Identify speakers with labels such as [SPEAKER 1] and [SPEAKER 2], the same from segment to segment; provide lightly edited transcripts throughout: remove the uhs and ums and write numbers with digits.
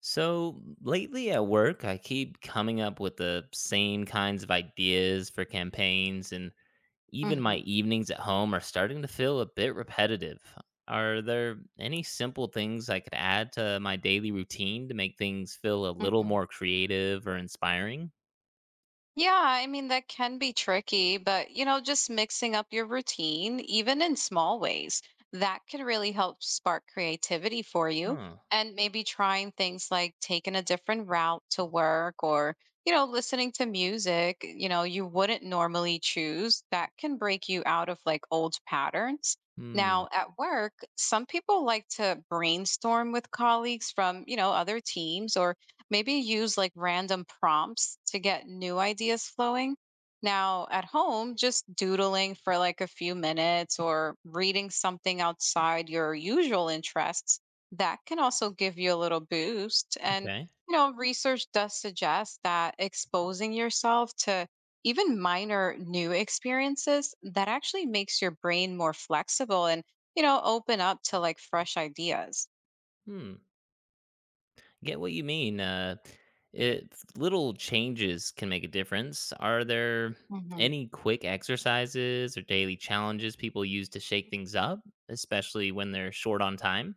[SPEAKER 1] So lately at work, I keep coming up with the same kinds of ideas for campaigns, and even
[SPEAKER 2] hmm
[SPEAKER 1] my evenings at home are starting to feel a bit repetitive. Are there any simple things I could add to my daily routine to make things feel a little
[SPEAKER 2] hmm
[SPEAKER 1] more creative or inspiring?
[SPEAKER 2] Yeah, I mean, that can be tricky, but just mixing up your routine, even in small ways, that can really help spark creativity for you.
[SPEAKER 1] Huh.
[SPEAKER 2] And maybe trying things like taking a different route to work or, listening to music, you wouldn't normally choose, that can break you out of like old patterns.
[SPEAKER 1] Hmm.
[SPEAKER 2] Now, at work, some people like to brainstorm with colleagues from, other teams or maybe use like random prompts to get new ideas flowing. Now, at home, just doodling for like a few minutes or reading something outside your usual interests, that can also give you a little boost. And,
[SPEAKER 1] Okay.
[SPEAKER 2] research does suggest that exposing yourself to even minor new experiences that actually makes your brain more flexible and, open up to like fresh ideas.
[SPEAKER 1] Hmm. Get what you mean. It little changes can make a difference. Are there
[SPEAKER 2] Mhm.
[SPEAKER 1] any quick exercises or daily challenges people use to shake things up, especially when they're short on time?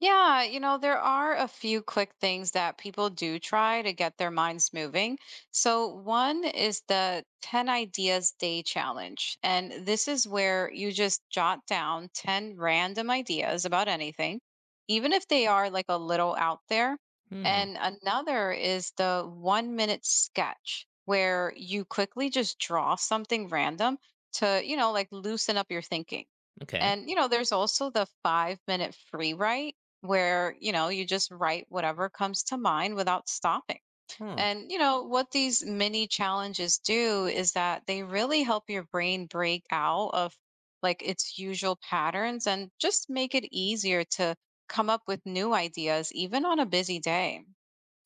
[SPEAKER 2] Yeah, there are a few quick things that people do try to get their minds moving. So, one is the 10 Ideas Day Challenge. And this is where you just jot down 10 random ideas about anything, even if they are like a little out there.
[SPEAKER 1] Hmm.
[SPEAKER 2] And another is the 1-minute sketch, where you quickly just draw something random to, like loosen up your thinking.
[SPEAKER 1] Okay.
[SPEAKER 2] And there's also the 5-minute free write where you just write whatever comes to mind without stopping.
[SPEAKER 1] Huh.
[SPEAKER 2] And you know what these mini challenges do is that they really help your brain break out of like its usual patterns and just make it easier to come up with new ideas even on a busy day.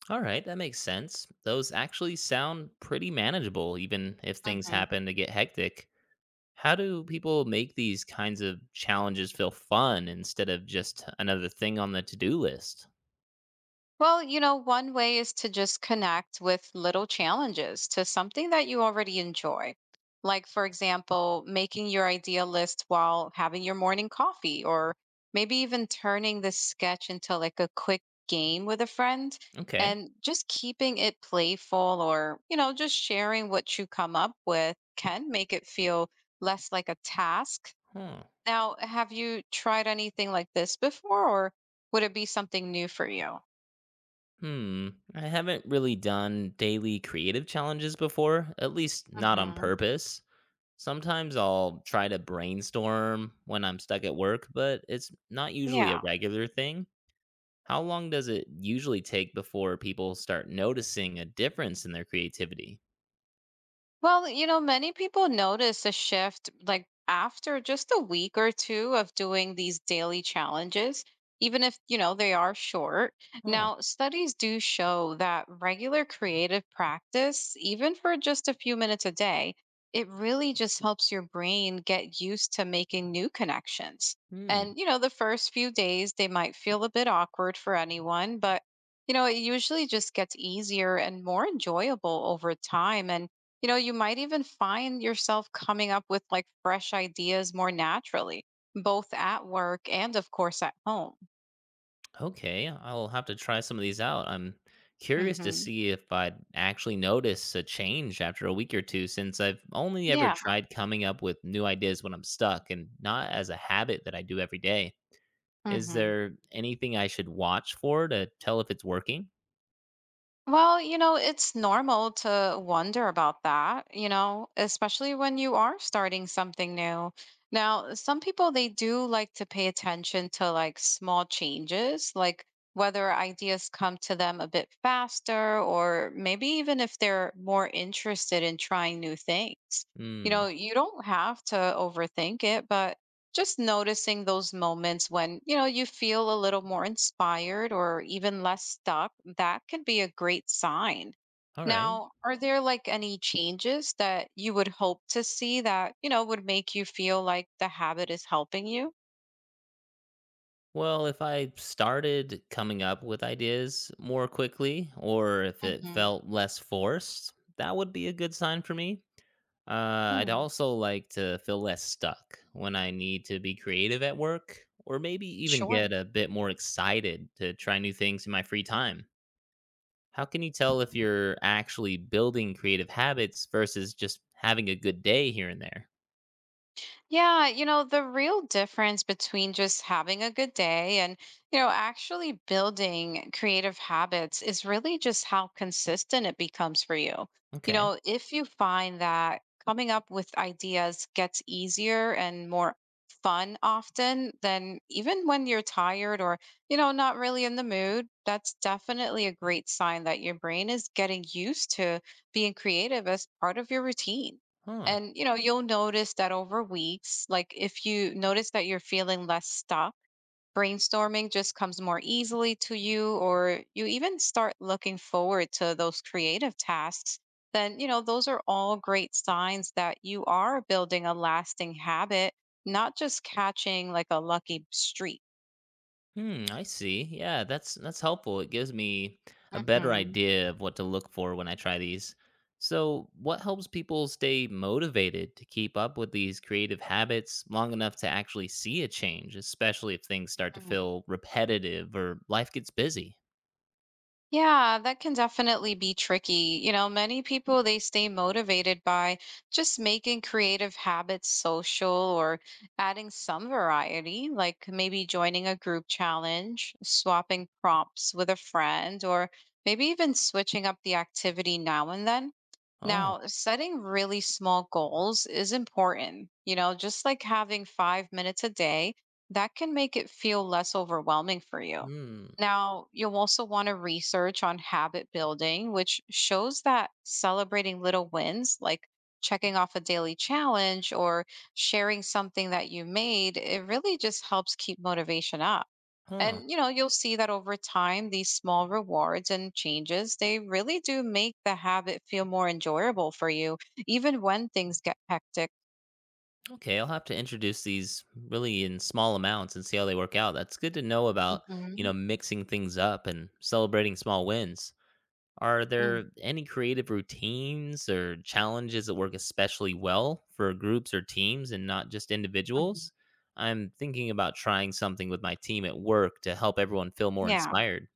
[SPEAKER 1] All right, that makes sense. Those actually sound pretty manageable, even if things
[SPEAKER 2] Mhm.
[SPEAKER 1] happen to get hectic. How do people make these kinds of challenges feel fun instead of just another thing on the to do list?
[SPEAKER 2] Well, one way is to just connect with little challenges to something that you already enjoy. Like, for example, making your idea list while having your morning coffee, or maybe even turning the sketch into like a quick game with a friend
[SPEAKER 1] Okay.
[SPEAKER 2] and just keeping it playful or, just sharing what you come up with can make it feel less like a task.
[SPEAKER 1] Huh.
[SPEAKER 2] Now, have you tried anything like this before, or would it be something new for you?
[SPEAKER 1] Hmm. I haven't really done daily creative challenges before, at least not on
[SPEAKER 2] Mhm.
[SPEAKER 1] purpose. Sometimes I'll try to brainstorm when I'm stuck at work, but it's not usually a
[SPEAKER 2] Yeah.
[SPEAKER 1] regular thing. How long does it usually take before people start noticing a difference in their creativity?
[SPEAKER 2] Well, many people notice a shift like after just a week or two of doing these daily challenges, even if, they are short.
[SPEAKER 1] Huh.
[SPEAKER 2] Now, studies do show that regular creative practice, even for just a few minutes a day, it really just helps your brain get used to making new connections.
[SPEAKER 1] Hmm.
[SPEAKER 2] And, the first few days, they might feel a bit awkward for anyone, but it usually just gets easier and more enjoyable over time. And you might even find yourself coming up with like fresh ideas more naturally, both at work and, of course, at home.
[SPEAKER 1] Okay, I'll have to try some of these out. I'm curious to
[SPEAKER 2] Hmm.
[SPEAKER 1] see if I'd actually notice a change after a week or two since I've only ever
[SPEAKER 2] Yeah.
[SPEAKER 1] tried coming up with new ideas when I'm stuck and not as a habit that I do every day. Is
[SPEAKER 2] hmm
[SPEAKER 1] there anything I should watch for to tell if it's working?
[SPEAKER 2] Well, it's normal to wonder about that, especially when you are starting something new. Now, some people they do like to pay attention to like small changes, like whether ideas come to them a bit faster or maybe even if they're more interested in trying new things.
[SPEAKER 1] Hmm.
[SPEAKER 2] You don't have to overthink it, but just noticing those moments when you feel a little more inspired or even less stuck, that can be a great sign.
[SPEAKER 1] All right.
[SPEAKER 2] Now, are there like any changes that you would hope to see that would make you feel like the habit is helping you?
[SPEAKER 1] Well, if I started coming up with ideas more quickly or if it
[SPEAKER 2] Hmm.
[SPEAKER 1] felt less forced, that would be a good sign for me. I'd
[SPEAKER 2] Mm,
[SPEAKER 1] also like to feel less stuck when I need to be creative at work, or maybe even
[SPEAKER 2] sure.
[SPEAKER 1] get a bit more excited to try new things in my free time. How can you tell if you're actually building creative habits versus just having a good day here and there?
[SPEAKER 2] Yeah, the real difference between just having a good day and, actually building creative habits is really just how consistent it becomes for you.
[SPEAKER 1] Okay.
[SPEAKER 2] If you find that coming up with ideas gets easier and more fun often, then even when you're tired or, not really in the mood, that's definitely a great sign that your brain is getting used to being creative as part of your routine.
[SPEAKER 1] Huh.
[SPEAKER 2] And you'll notice that over weeks, like if you notice that you're feeling less stuck, brainstorming just comes more easily to you, or you even start looking forward to those creative tasks, then those are all great signs that you are building a lasting habit, not just catching like a lucky streak.
[SPEAKER 1] Hmm, I see. Yeah, that's helpful. It gives me a better
[SPEAKER 2] Hmm.
[SPEAKER 1] idea of what to look for when I try these. So, what helps people stay motivated to keep up with these creative habits long enough to actually see a change, especially if things start to feel repetitive or life gets busy?
[SPEAKER 2] Yeah, that can definitely be tricky. Many people they stay motivated by just making creative habits social or adding some variety, like maybe joining a group challenge, swapping prompts with a friend, or maybe even switching up the activity now and then.
[SPEAKER 1] Oh,
[SPEAKER 2] Now, setting really small goals is important. Just like having 5 minutes a day, that can make it feel less overwhelming for you.
[SPEAKER 1] hmm,
[SPEAKER 2] Now, you'll also want to research on habit building, which shows that celebrating little wins, like checking off a daily challenge or sharing something that you made, it really just helps keep motivation up.
[SPEAKER 1] huh.
[SPEAKER 2] And you'll see that over time these small rewards and changes, they really do make the habit feel more enjoyable for you even when things get hectic.
[SPEAKER 1] Okay, I'll have to introduce these really in small amounts and see how they work out. That's good to know about,
[SPEAKER 2] Mhm.
[SPEAKER 1] mixing things up and celebrating small wins. Are
[SPEAKER 2] Mm,
[SPEAKER 1] there any creative routines or challenges that work especially well for groups or teams and not just
[SPEAKER 2] mhm.
[SPEAKER 1] individuals? I'm thinking about trying something with my team at work to help everyone feel more
[SPEAKER 2] Yeah.
[SPEAKER 1] inspired.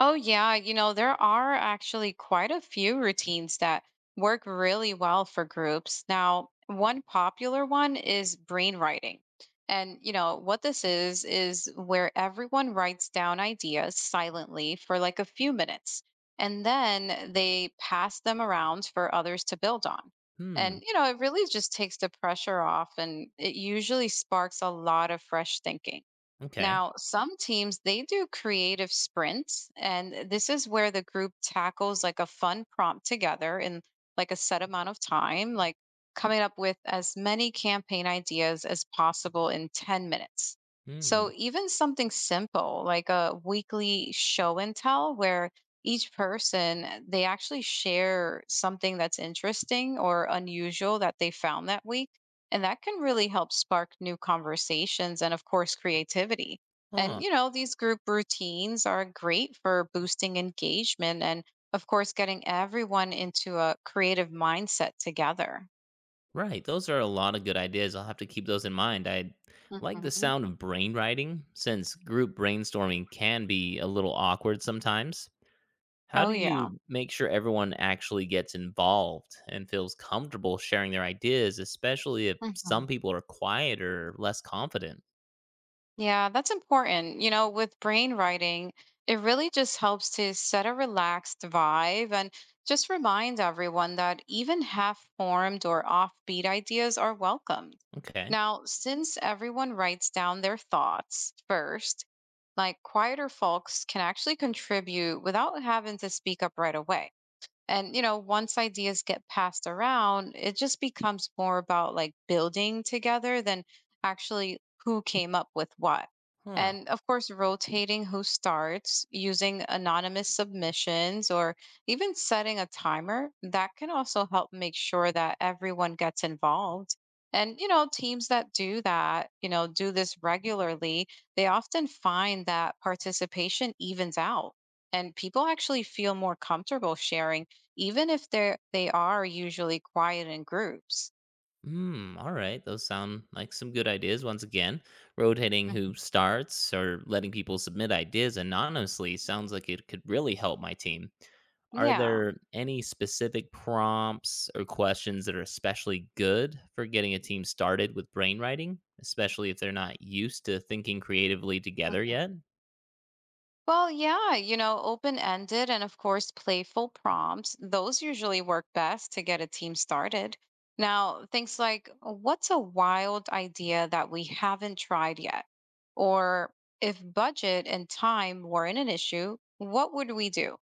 [SPEAKER 2] Oh, yeah. There are actually quite a few routines that work really well for groups. Now, one popular one is brainwriting. And, what this is where everyone writes down ideas silently for like a few minutes. And then they pass them around for others to build on. And,
[SPEAKER 1] Hmm.
[SPEAKER 2] it really just takes the pressure off and it usually sparks a lot of fresh thinking.
[SPEAKER 1] Okay.
[SPEAKER 2] Now, some teams they do creative sprints, and this is where the group tackles like a fun prompt together in like a set amount of time, like coming up with as many campaign ideas as possible in 10 minutes. So,
[SPEAKER 1] Hmm.
[SPEAKER 2] even something simple like a weekly show and tell where each person they actually share something that's interesting or unusual that they found that week and that can really help spark new conversations and, of course, creativity. And,
[SPEAKER 1] Huh.
[SPEAKER 2] these group routines are great for boosting engagement and, of course, getting everyone into a creative mindset together.
[SPEAKER 1] Right. Those are a lot of good ideas. I'll have to keep those in mind. I like the
[SPEAKER 2] Hmm.
[SPEAKER 1] sound of brainwriting since group brainstorming can be a little awkward sometimes. How
[SPEAKER 2] Oh,
[SPEAKER 1] do
[SPEAKER 2] yeah.
[SPEAKER 1] you make sure everyone actually gets involved and feels comfortable sharing their ideas, especially if
[SPEAKER 2] Mhm.
[SPEAKER 1] some people are quieter or less confident?
[SPEAKER 2] Yeah, that's important. With brain writing, it really just helps to set a relaxed vibe and just remind everyone that even half formed or offbeat ideas are welcomed.
[SPEAKER 1] Okay.
[SPEAKER 2] Now, since everyone writes down their thoughts first, like quieter folks can actually contribute without having to speak up right away, and once ideas get passed around, it just becomes more about like building together than actually who came up with what.
[SPEAKER 1] Huh.
[SPEAKER 2] And of course, rotating who starts, using anonymous submissions, or even setting a timer, that can also help make sure that everyone gets involved. And teams that do that, do this regularly, they often find that participation evens out and people actually feel more comfortable sharing, even if they are usually quiet in groups.
[SPEAKER 1] Hmm. All right. Those sound like some good ideas. Once again, rotating who
[SPEAKER 2] Mhm.
[SPEAKER 1] starts or letting people submit ideas anonymously sounds like it could really help my team. Are
[SPEAKER 2] Yeah.
[SPEAKER 1] there any specific prompts or questions that are especially good for getting a team started with brainwriting, especially if they're not used to thinking creatively together
[SPEAKER 2] Mhm.
[SPEAKER 1] yet?
[SPEAKER 2] Well, yeah, open-ended and of course playful prompts, those usually work best to get a team started. Now, things like, what's a wild idea that we haven't tried yet? Or if budget and time weren't an issue, what would we do?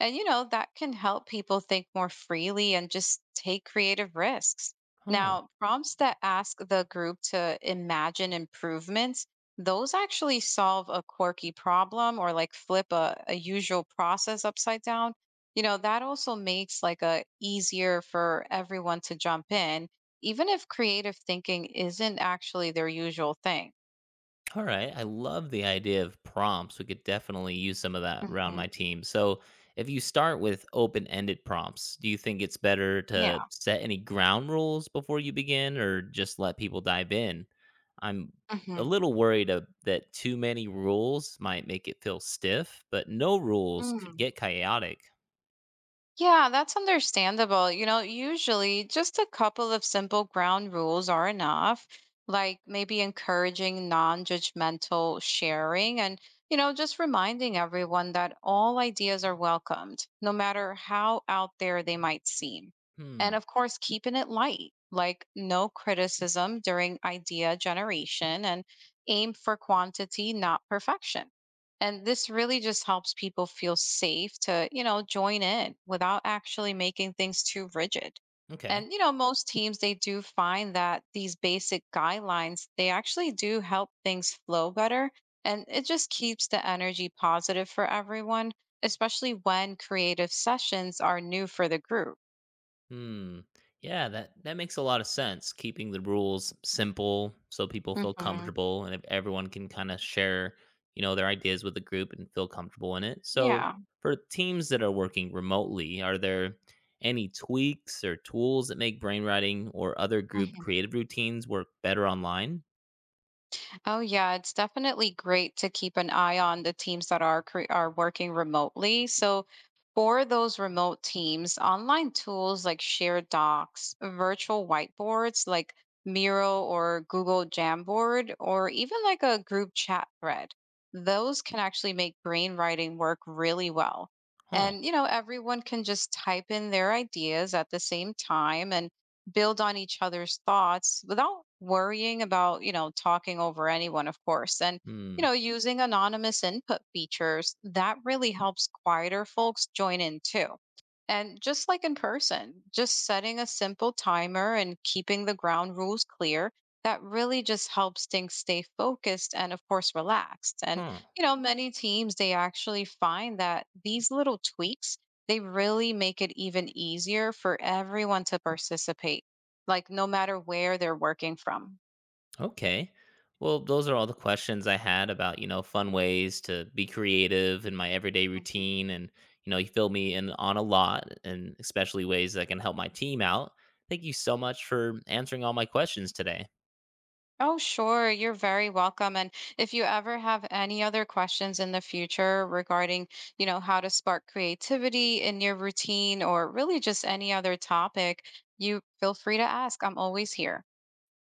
[SPEAKER 2] And, that can help people think more freely and just take creative risks.
[SPEAKER 1] Oh,
[SPEAKER 2] Now, prompts that ask the group to imagine improvements, those actually solve a quirky problem or like flip a usual process upside down. That also makes like a easier for everyone to jump in, even if creative thinking isn't actually their usual thing.
[SPEAKER 1] all right. I love the idea of prompts. We could definitely use some of that around
[SPEAKER 2] Hmm.
[SPEAKER 1] my team. So, if you start with open ended prompts, do you think it's better to
[SPEAKER 2] Yeah.
[SPEAKER 1] set any ground rules before you begin or just let people dive in? I'm
[SPEAKER 2] Hmm.
[SPEAKER 1] a little worried of, that too many rules might make it feel stiff, but no rules could get chaotic.
[SPEAKER 2] Yeah, that's understandable. Usually just a couple of simple ground rules are enough, like maybe encouraging non-judgmental sharing and, just reminding everyone that all ideas are welcomed, no matter how out there they might seem. And
[SPEAKER 1] Hmm.
[SPEAKER 2] of course, keeping it light, like no criticism during idea generation and aim for quantity, not perfection. And this really just helps people feel safe to, join in without actually making things too rigid.
[SPEAKER 1] Okay.
[SPEAKER 2] And, most teams, they do find that these basic guidelines, they actually do help things flow better. And it just keeps the energy positive for everyone, especially when creative sessions are new for the group.
[SPEAKER 1] Hmm. Yeah, that makes a lot of sense. Keeping the rules simple so people feel
[SPEAKER 2] Hmm.
[SPEAKER 1] comfortable and if everyone can kind of share, their ideas with the group and feel comfortable in it. So,
[SPEAKER 2] Yeah.
[SPEAKER 1] for teams that are working remotely, are there any tweaks or tools that make brainwriting or other group
[SPEAKER 2] Mm-hmm.
[SPEAKER 1] creative routines work better online?
[SPEAKER 2] Oh yeah, it's definitely great to keep an eye on the teams that are are working remotely. So for those remote teams, online tools like shared docs, virtual whiteboards like Miro or Google Jamboard, or even like a group chat thread, those can actually make brainwriting work really well.
[SPEAKER 1] Huh.
[SPEAKER 2] And everyone can just type in their ideas at the same time and build on each other's thoughts without worrying about, talking over anyone, of course. And,
[SPEAKER 1] Hmm.
[SPEAKER 2] using anonymous input features, that really helps quieter folks join in too. And just like in person, just setting a simple timer and keeping the ground rules clear, that really just helps things stay focused and, of course, relaxed. And,
[SPEAKER 1] Huh.
[SPEAKER 2] many teams, they actually find that these little tweaks, they really make it even easier for everyone to participate, like, no matter where they're working from.
[SPEAKER 1] Okay. Well, those are all the questions I had about, fun ways to be creative in my everyday
[SPEAKER 2] Mhm.
[SPEAKER 1] routine. And, you fill me in on a lot and especially ways that can help my team out. Thank you so much for answering all my questions today.
[SPEAKER 2] Oh, sure. You're very welcome. And if you ever have any other questions in the future regarding, how to spark creativity in your routine or really just any other topic, you feel free to ask. I'm always here.